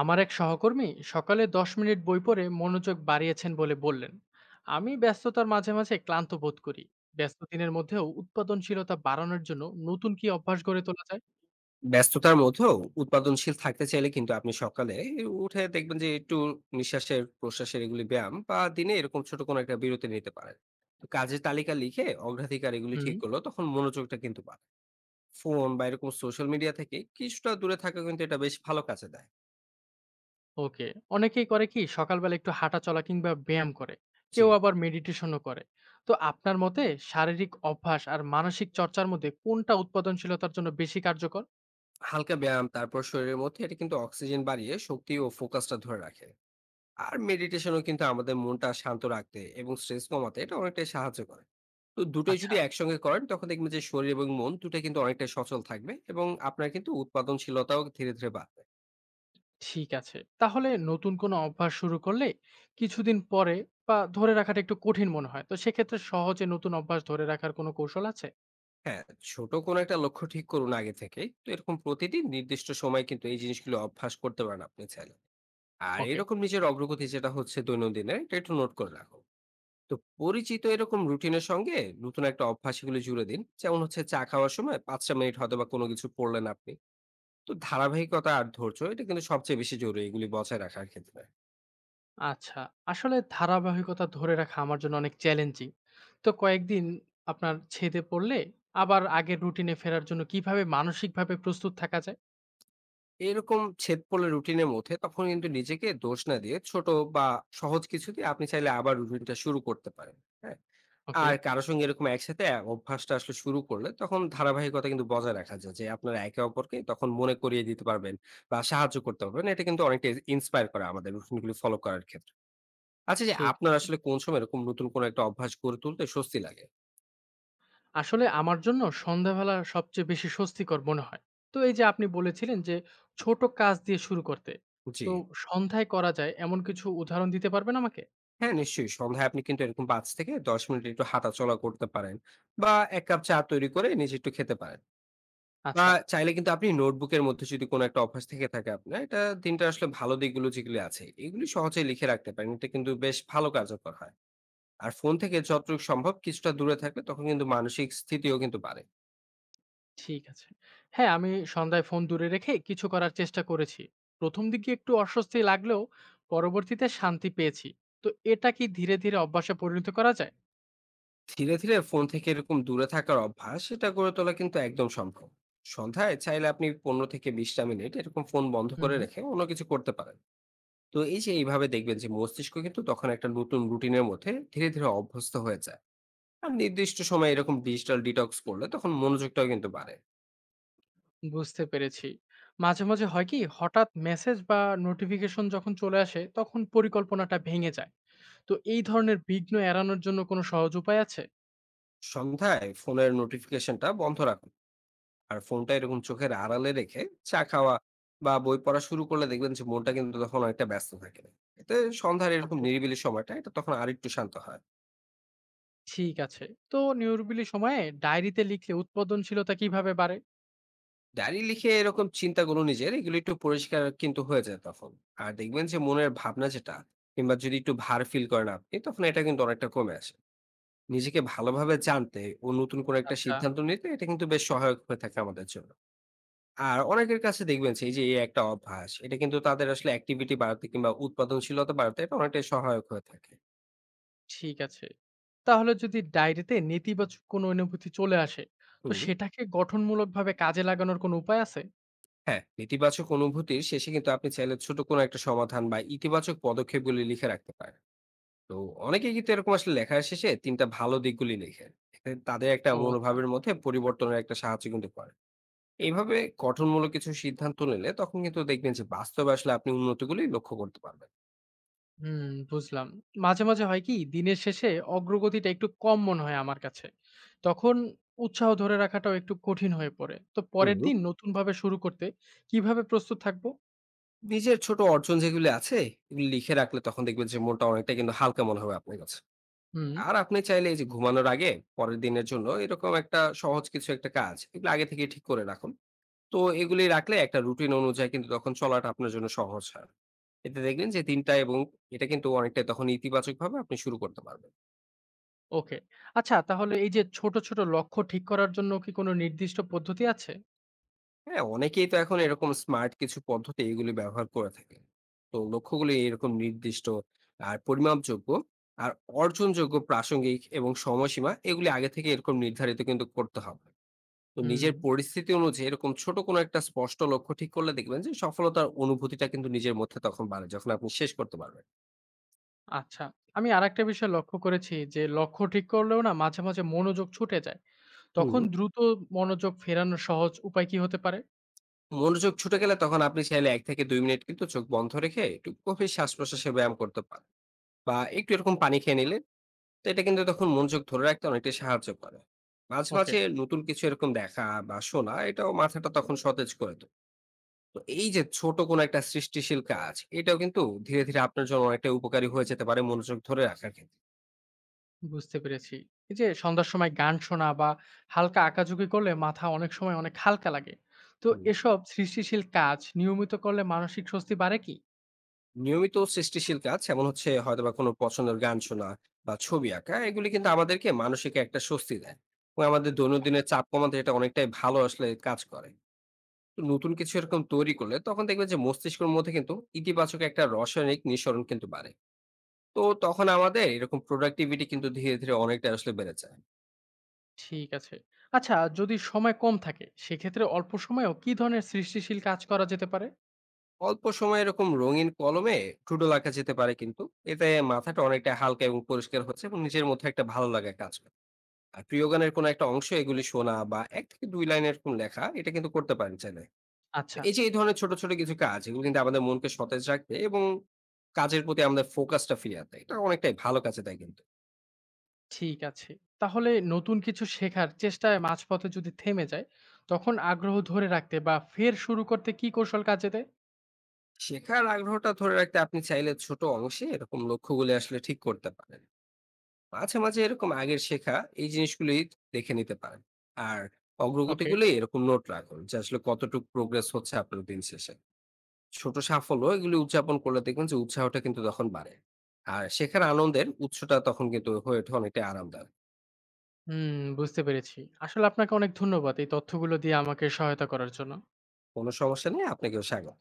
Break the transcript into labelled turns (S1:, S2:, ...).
S1: আমার এক সহকর্মী সকালে 10 মিনিট বই পড়ে মনোযোগ বাড়িয়েছেন বলে বললেন। আমি ব্যস্ততার মাঝে মাঝে ক্লান্ত বোধ করি। ব্যস্ত দিনের মধ্যেও উৎপাদনশীলতা বাড়ানোর জন্য নতুন কি অভ্যাস গড়ে তোলা যায়?
S2: ব্যস্ততার মধ্যেও উৎপাদনশীল থাকতে চাইলে কিন্তু আপনি সকালে উঠে দেখবেন যে একটু নিঃশ্বাসের প্রশ্বাসের এগুলি ব্যায়াম বা দিনে এরকম ছোট কোনো একটা বিরতি নিতে পারেন। তো কাজের তালিকা লিখে অগ্রাধিকার এগুলি
S1: হুম।
S2: ঠিক করলো তখন মনোযোগটা কিন্তু বাড়ে। ফোন বা এরকম সোশ্যাল মিডিয়া থেকে কিছুটা দূরে থাকা কিন্তু এটা বেশ ভালো কাজে দেয়।
S1: ওকে। অনেকেই করে কি সকালবেলা একটু হাঁটা চলা কিংবা ব্যায়াম করে,
S2: জি,
S1: কেউ আবার মেডিটেশনও করে। তো আপনার মতে শারীরিক অভ্যাস আর মানসিক চর্চার মধ্যে কোনটা উৎপাদনশীলতার জন্য বেশি কার্যকর?
S2: হালকা ব্যায়াম তারপর শরীরের মধ্যে এটা কিন্তু অক্সিজেন বাড়িয়ে শক্তি ও ফোকাসটা ধরে রাখে। আর মেডিটেশনও কিন্তু আমাদের মনটা শান্ত রাখতে এবং স্ট্রেস কমাতে এটা অনেকটাই সাহায্য করে। তো দুটোই যদি
S1: আচ্ছা,
S2: একসঙ্গে করেন তখন দেখবেন যে শরীর এবং মন দুটো কিন্তু অনেকটাই সচল থাকবে এবং আপনার কিন্তু উৎপাদনশীলতাও ধীরে ধীরে বাড়বে।
S1: ঠিক আছে। তাহলে নতুন কোনো অভ্যাস শুরু করলে কিছুদিন পরে বা ধরে রাখাটা একটু কঠিন মনে হয়। তো সেক্ষেত্রে সহজে নতুন অভ্যাস ধরে রাখার কোনো কৌশল আছে?
S2: হ্যাঁ, ছোট কোনো একটা লক্ষ্য ঠিক করুন আগে থেকে, তো এরকম প্রতিদিন নির্দিষ্ট সময় কিন্তু এই জিনিসগুলো অভ্যাস করতে পারেন আপনি চাইলে। আর
S1: ওকে।
S2: এরকম নিজের অগ্রগতি যেটা হচ্ছে দৈনন্দিনের, এটা একটু নোট করে রাখুন। তো পরিচিত এরকম রুটিনের সঙ্গে নতুন একটা অভ্যাস এগুলো জুড়ে দিন, যেমন হচ্ছে চা খাওয়ার সময় ৫টা মিনিট হয়তো বা কোনো কিছু পড়লেন আপনি। তো ধারাবাহিকতা আর ধৈর্য এটা কিন্তু সবচেয়ে বেশি জরুরি এগুলি বজায় রাখার ক্ষেত্রে।
S1: আচ্ছা। আসলে ধারাবাহিকতা ধরে রাখা আমার জন্য অনেক চ্যালেঞ্জিং। তো কয়েকদিন আপনার ছেদে পড়লে আবার আগের রুটিনে ফেরার জন্য কিভাবে মানসিকভাবে প্রস্তুত থাকা যায়?
S2: এরকম ছেদ পড়লে রুটিনের মধ্যে, তখন কিন্তু নিজেকে দোষ না দিয়ে ছোট বা সহজ কিছু দিয়ে আপনি চাইলে আবার রুটিনটা শুরু করতে পারেন। হ্যাঁ,
S1: ওকে,
S2: আর কারো সঙ্গে এরকম একসাথে অভ্যাসটা আসলে শুরু করলে তখন ধারাবাহিকতা কিন্তু বজায় রাখা যায়, যে আপনারা একে অপরকে তখন মনে করিয়ে দিতে পারবেন বা সাহায্য করতে পারবেন। এটা কিন্তু অনেকটা ইন্সপায়ার করে আমাদের রুটিনগুলি ফলো করার ক্ষেত্রে। আচ্ছা, যে
S1: ঠিক
S2: আপনার
S1: আছে।
S2: আসলে কোন সময় এরকম নতুন কোনো একটা অভ্যাস গড়ে তুলতে স্বস্তি লাগে।
S1: আসলে আমার জন্য সন্ধ্যাবেলা সবচেয়ে বেশি স্বস্তিকর মনে হয়। তো এই যে আপনি বলেছিলেন যে ছোট কাজ দিয়ে শুরু করতে,
S2: জি,
S1: তো সন্ধ্যায় করা যায় এমন কিছু উদাহরণ দিতে পারবেন আমাকে?
S2: হ্যাঁ, নিশ্চয়ই সন্ধ্যায় আপনি কিন্তু এরকম ৫ থেকে ১০ মিনিট একটু হাঁটাচলা করতে পারেন। বা এক কাপ চা তৈরি করে নিজে একটু খেতে পারেন। বা
S1: আচ্ছা।
S2: চাইলে কিন্তু আপনি নোটবুকের মধ্যে, যদি কোনো একটা অভ্যাস থেকে থাকে আপনার, এটা দিনটা আসলে ভালো দিকগুলো যেগুলি আছে এগুলি সহজে লিখে রাখতে পারেন, এটা কিন্তু বেশ ভালো কার্যকর হয়। আর ফোন থেকে যতটুকু সম্ভব কিছুটা দূরে থাকলে তখন কিন্তু মানসিক স্থিতিও কিন্তু বাড়ে।
S1: ঠিক আছে। হ্যাঁ, আমি সন্ধ্যায় ফোন দূরে রেখে কিছু করার চেষ্টা করেছি। প্রথম দিকে একটু অস্বস্তি লাগলেও পরবর্তীতে শান্তি পেয়েছি। তো এটা কি ধীরে ধীরে অভ্যাসে পরিণত করা যায়?
S2: ধীরে ধীরে ফোন থেকে এরকম দূরে থাকার অভ্যাস এটা গড়ে তোলা কিন্তু একদম সম্ভব। সন্ধ্যায় চাইলে আপনি ১৫ থেকে ২০টা মিনিট এরকম ফোন বন্ধ
S1: হুম
S2: করে
S1: হুম,
S2: রেখে অন্য কিছু করতে পারেন। তো এই যে এইভাবে দেখবেন যে মস্তিষ্ক কিন্তু তখন একটা নতুন রুটিনের মধ্যে ধীরে ধীরে অভ্যস্ত হয়ে যায়। আর নির্দিষ্ট সময় এরকম ডিজিটাল ডিটক্স করলে তখন মনোযোগটাও কিন্তু বাড়ে।
S1: বুঝতে পেরেছি। মাঝে মাঝে হয় কি হঠাৎ মেসেজ বা নোটিফিকেশন যখন চলে আসে তখন পরিকল্পনাটা ভেঙে যায়। তো এই ধরনের বিঘ্ন এড়ানোর জন্য কোনো সহজ উপায় আছে?
S2: সন্ধ্যায় ফোনের নোটিফিকেশনটা বন্ধ রাখুন। আর ফোনটা এরকম চোখের আড়ালে রেখে চা খাওয়া বা বই পড়া শুরু করলে দেখবেন যে মনটা কিন্তু তখন অনেকটা ব্যস্ত থাকে না। এতে সন্ধ্যার এরকম
S1: ওকে।
S2: নিরিবিলি সময়টা এটা তখন আরেকটু শান্ত হয়।
S1: ঠিক আছে। তো নিরিবিলি সময়ে ডায়েরিতে লিখলে উৎপাদনশীলতা কিভাবে বাড়ে?
S2: ডায়েরি লিখে এরকম চিন্তাগুলো নিজের এগুলো একটু পরিষ্কার কিন্তু হয়ে যায় তখন। আর দেখবেন যে মনের ভাবনা যেটা, কিংবা যদি একটু ভার ফিল করেন আপনি, তখন এটা কিন্তু অনেকটা কমে আসে। নিজেকে ভালোভাবে জানতে ও নতুন কোনো একটা
S1: আচ্ছা।
S2: সিদ্ধান্ত নিতে এটা কিন্তু বেশ সহায়ক হয়ে থাকে আমাদের জন্য। আর অনেকের কাছে দেখবেন যে এই যে এই একটা অভ্যাস, এটা কিন্তু তাদের আসলে অ্যাক্টিভিটি বাড়াতে কিংবা উৎপাদনশীলতা বাড়াতে এটা অনেকটাই সহায়ক হয়ে থাকে।
S1: ঠিক আছে। তাহলে যদি ডায়েরিতে নেতিবাচক কোনো অনুভূতি চলে আসে, তো
S2: হুম।
S1: সেটাকে গঠনমূলকভাবে কাজে লাগানোর কোনো উপায় আছে?
S2: হ্যাঁ, নেতিবাচক অনুভূতির শেষে কিন্তু আপনি চাইলে ছোট কোনো একটা সমাধান বা ইতিবাচক পদক্ষেপগুলি লিখে রাখতে পারেন। তো অনেকেই কিন্তু এরকম আসলে লেখার শেষে ৩ টা ভালো দিকগুলি লেখেন। এতে তাদের একটা
S1: ও আচ্ছা।
S2: মনোভাবের মধ্যে পরিবর্তনের একটা সাহায্য কিন্তু করে। এইভাবে গঠনমূলক কিছু সিদ্ধান্ত নিলে তখন কিন্তু দেখবেন যে বাস্তবে আসলে আপনি উন্নতিগুলি লক্ষ্য করতে পারবেন।
S1: হুম, বুঝলাম। মাঝে, মাঝে হয় কি দিনের শেষে অগ্রগতিটা একটু কম মনে হয় আমার কাছে। তখন উৎসাহ ধরে রাখাটাও একটু কঠিন হয়ে পড়ে। তো পরের
S2: হুম।
S1: দিন নতুনভাবে শুরু করতে কিভাবে প্রস্তুত থাকবো?
S2: নিজের ছোট অর্জন যেগুলি আছে, এগুলি লিখে রাখলে তখন দেখবেন যে মনটা অনেকটা কিন্তু হালকা মনে হবে আপনার কাছে।
S1: হুম।
S2: আর আপনি চাইলে এই যে ঘুমানোর আগে পরের দিনের জন্য এরকম একটা সহজ কিছু একটা কাজ এগুলো আগে থেকে ঠিক করে রাখুন। তো এগুলি রাখলে একটা রুটিন অনুযায়ী কিন্তু তখন চলাটা আপনার জন্য সহজ হয়। এতে দেখবেন যে দিনটা এবং এটা কিন্তু অনেকটা তখন ইতিবাচকভাবে আপনি শুরু করতে পারবেন।
S1: ওকে। আচ্ছা, তাহলে এই যে ছোট, ছোট লক্ষ্য ঠিক করার জন্য কি কোনো নির্দিষ্ট পদ্ধতি আছে?
S2: হ্যাঁ, অনেকেই তো এখন এরকম স্মার্ট কিছু পদ্ধতি এগুলি ব্যবহার করে থাকে। তো লক্ষ্যগুলি এরকম নির্দিষ্ট আর পরিমাপযোগ্য আর অর্জনযোগ্য, প্রাসঙ্গিক এবং সময়সীমা এগুলি আগে থেকে এরকম নির্ধারিত কিন্তু করতে হবে। তো
S1: হুম,
S2: নিজের পরিস্থিতি অনুযায়ী এরকম ছোট কোনো একটা স্পষ্ট লক্ষ্য ঠিক করলে দেখবেন যে সফলতার অনুভূতিটা কিন্তু নিজের মধ্যে তখন বাড়ে যখন আপনি শেষ করতে পারবেন।
S1: আচ্ছা। আমি আরেকটা বিষয় লক্ষ্য করেছি যে লক্ষ্য ঠিক করলেও না মাঝে, মাঝে মনোযোগ ছুটে যায়।
S2: হুম।
S1: তখন দ্রুত মনোযোগ ফেরানোর সহজ উপায় কি হতে পারে?
S2: মনোযোগ ছুটে গেলে তখন আপনি চাইলে ১ থেকে ২ মিনিট কিন্তু চোখ বন্ধ রেখে একটু গভীর শ্বাস-প্রশ্বাসের ব্যায়াম করতে পারেন। বা একটু এরকম পানি খেয়ে নিলে, তো এটা কিন্তু তখন মনোযোগ ধরে রাখতে অনেকটাই সাহায্য করে। মাঝে,
S1: ওকে,
S2: মাঝে নতুন কিছু এরকম দেখা বা শোনা, এটাও মাথাটা তখন সতেজ করে দেয়। তো এই যে ছোট কোনো একটা সৃষ্টিশীল কাজ, এটাও কিন্তু ধীরে, ধীরে আপনার জন্য অনেকটা উপকারী হয়ে যেতে পারে মনোযোগ ধরে রাখার ক্ষেত্রে।
S1: বুঝতে পেরেছি। এই যে সন্ধ্যার সময় গান শোনা বা হালকা আঁকাঝুঁকি করলে মাথা অনেক সময় অনেক হালকা লাগে। তো
S2: হুম।
S1: এসব সৃষ্টিশীল কাজ নিয়মিত করলে মানসিক স্বস্তি বাড়ে কি?
S2: নিয়মিত সৃষ্টিশীল কাজ, যেমন হচ্ছে হয়তোবা কোনো পছন্দের গান শোনা বা ছবি আঁকা, এগুলি কিন্তু আমাদেরকে মানসিক একটা স্বস্তি দেয় ও আমাদের দৈনন্দিনের চাপ কমাতে এটা অনেকটাই ভালো আসলে কাজ করে। তো নতুন কিছু এরকম তৈরি করলে তখন দেখবেন যে মস্তিষ্কের মধ্যে কিন্তু ইতিবাচক একটা রাসায়নিক নিঃসরণ কিন্তু বাড়ে। তো তখন আমাদের এরকম প্রোডাক্টিভিটি কিন্তু ধীরে ধীরে অনেকটা আসলে বেড়ে যায়।
S1: ঠিক আছে। আচ্ছা, যদি সময় কম থাকে সেক্ষেত্রে অল্প সময়েও কি ধরনের সৃষ্টিশীল কাজ করা যেতে পারে?
S2: অল্প সময় এরকম রঙিন কলমে টুডো লেখা যেতে পারে কিন্তু, এতে মাথাটা অনেকটা হালকা এবং পরিষ্কার হচ্ছে এবং নিজের মধ্যে একটা ভালো লাগা কাজ করে। আর প্রিয় গানের কোনো একটা অংশ এগুলি শোনা বা ১ থেকে ২ লাইন এরকম লেখা, এটা কিন্তু করতে পারেন চাইলে। তো
S1: আচ্ছা,
S2: এই যে এই ধরনের ছোট, ছোট কিছু কাজ, এগুলো কিন্তু আমাদের মনকে সতেজ রাখবে এবং কাজের প্রতি আমাদের ফোকাসটা ফিরিয়ে দেয়। এটা অনেকটাই ভালো কাজে দেয় কিন্তু।
S1: ঠিক আছে। তাহলে নতুন কিছু শেখার চেষ্টায় মাঝপথে যদি থেমে যায়, তখন আগ্রহ ধরে রাখতে বা ফের শুরু করতে কি কৌশল কাজে দেয়?
S2: শেখার আগ্রহটা ধরে রাখতে আপনি চাইলে ছোট অংশে এরকম লক্ষ্যগুলি আসলে ঠিক করতে পারেন। মাঝে, মাঝে এরকম আগের শেখা এই জিনিসগুলি দেখে নিতে পারেন। আর
S1: ওকে,
S2: অগ্রগতিগুলি এরকম নোট রাখুন, যে আসলে কতটুকু প্রোগ্রেস হচ্ছে আপনার দিন শেষে। ছোট সাফল্য এগুলি উদযাপন করলে দেখবেন যে উৎসাহটা কিন্তু তখন বাড়ে। আর শেখার আনন্দের উৎসটা তখন কিন্তু হয়ে ওঠে অনেকটাই আরামদায়ক।
S1: হুম, বুঝতে পেরেছি। আসলে আপনাকে অনেক ধন্যবাদ এই তথ্যগুলো দিয়ে আমাকে সহায়তা করার জন্য।
S2: কোনো সমস্যা নেই, আপনাকেও স্বাগত।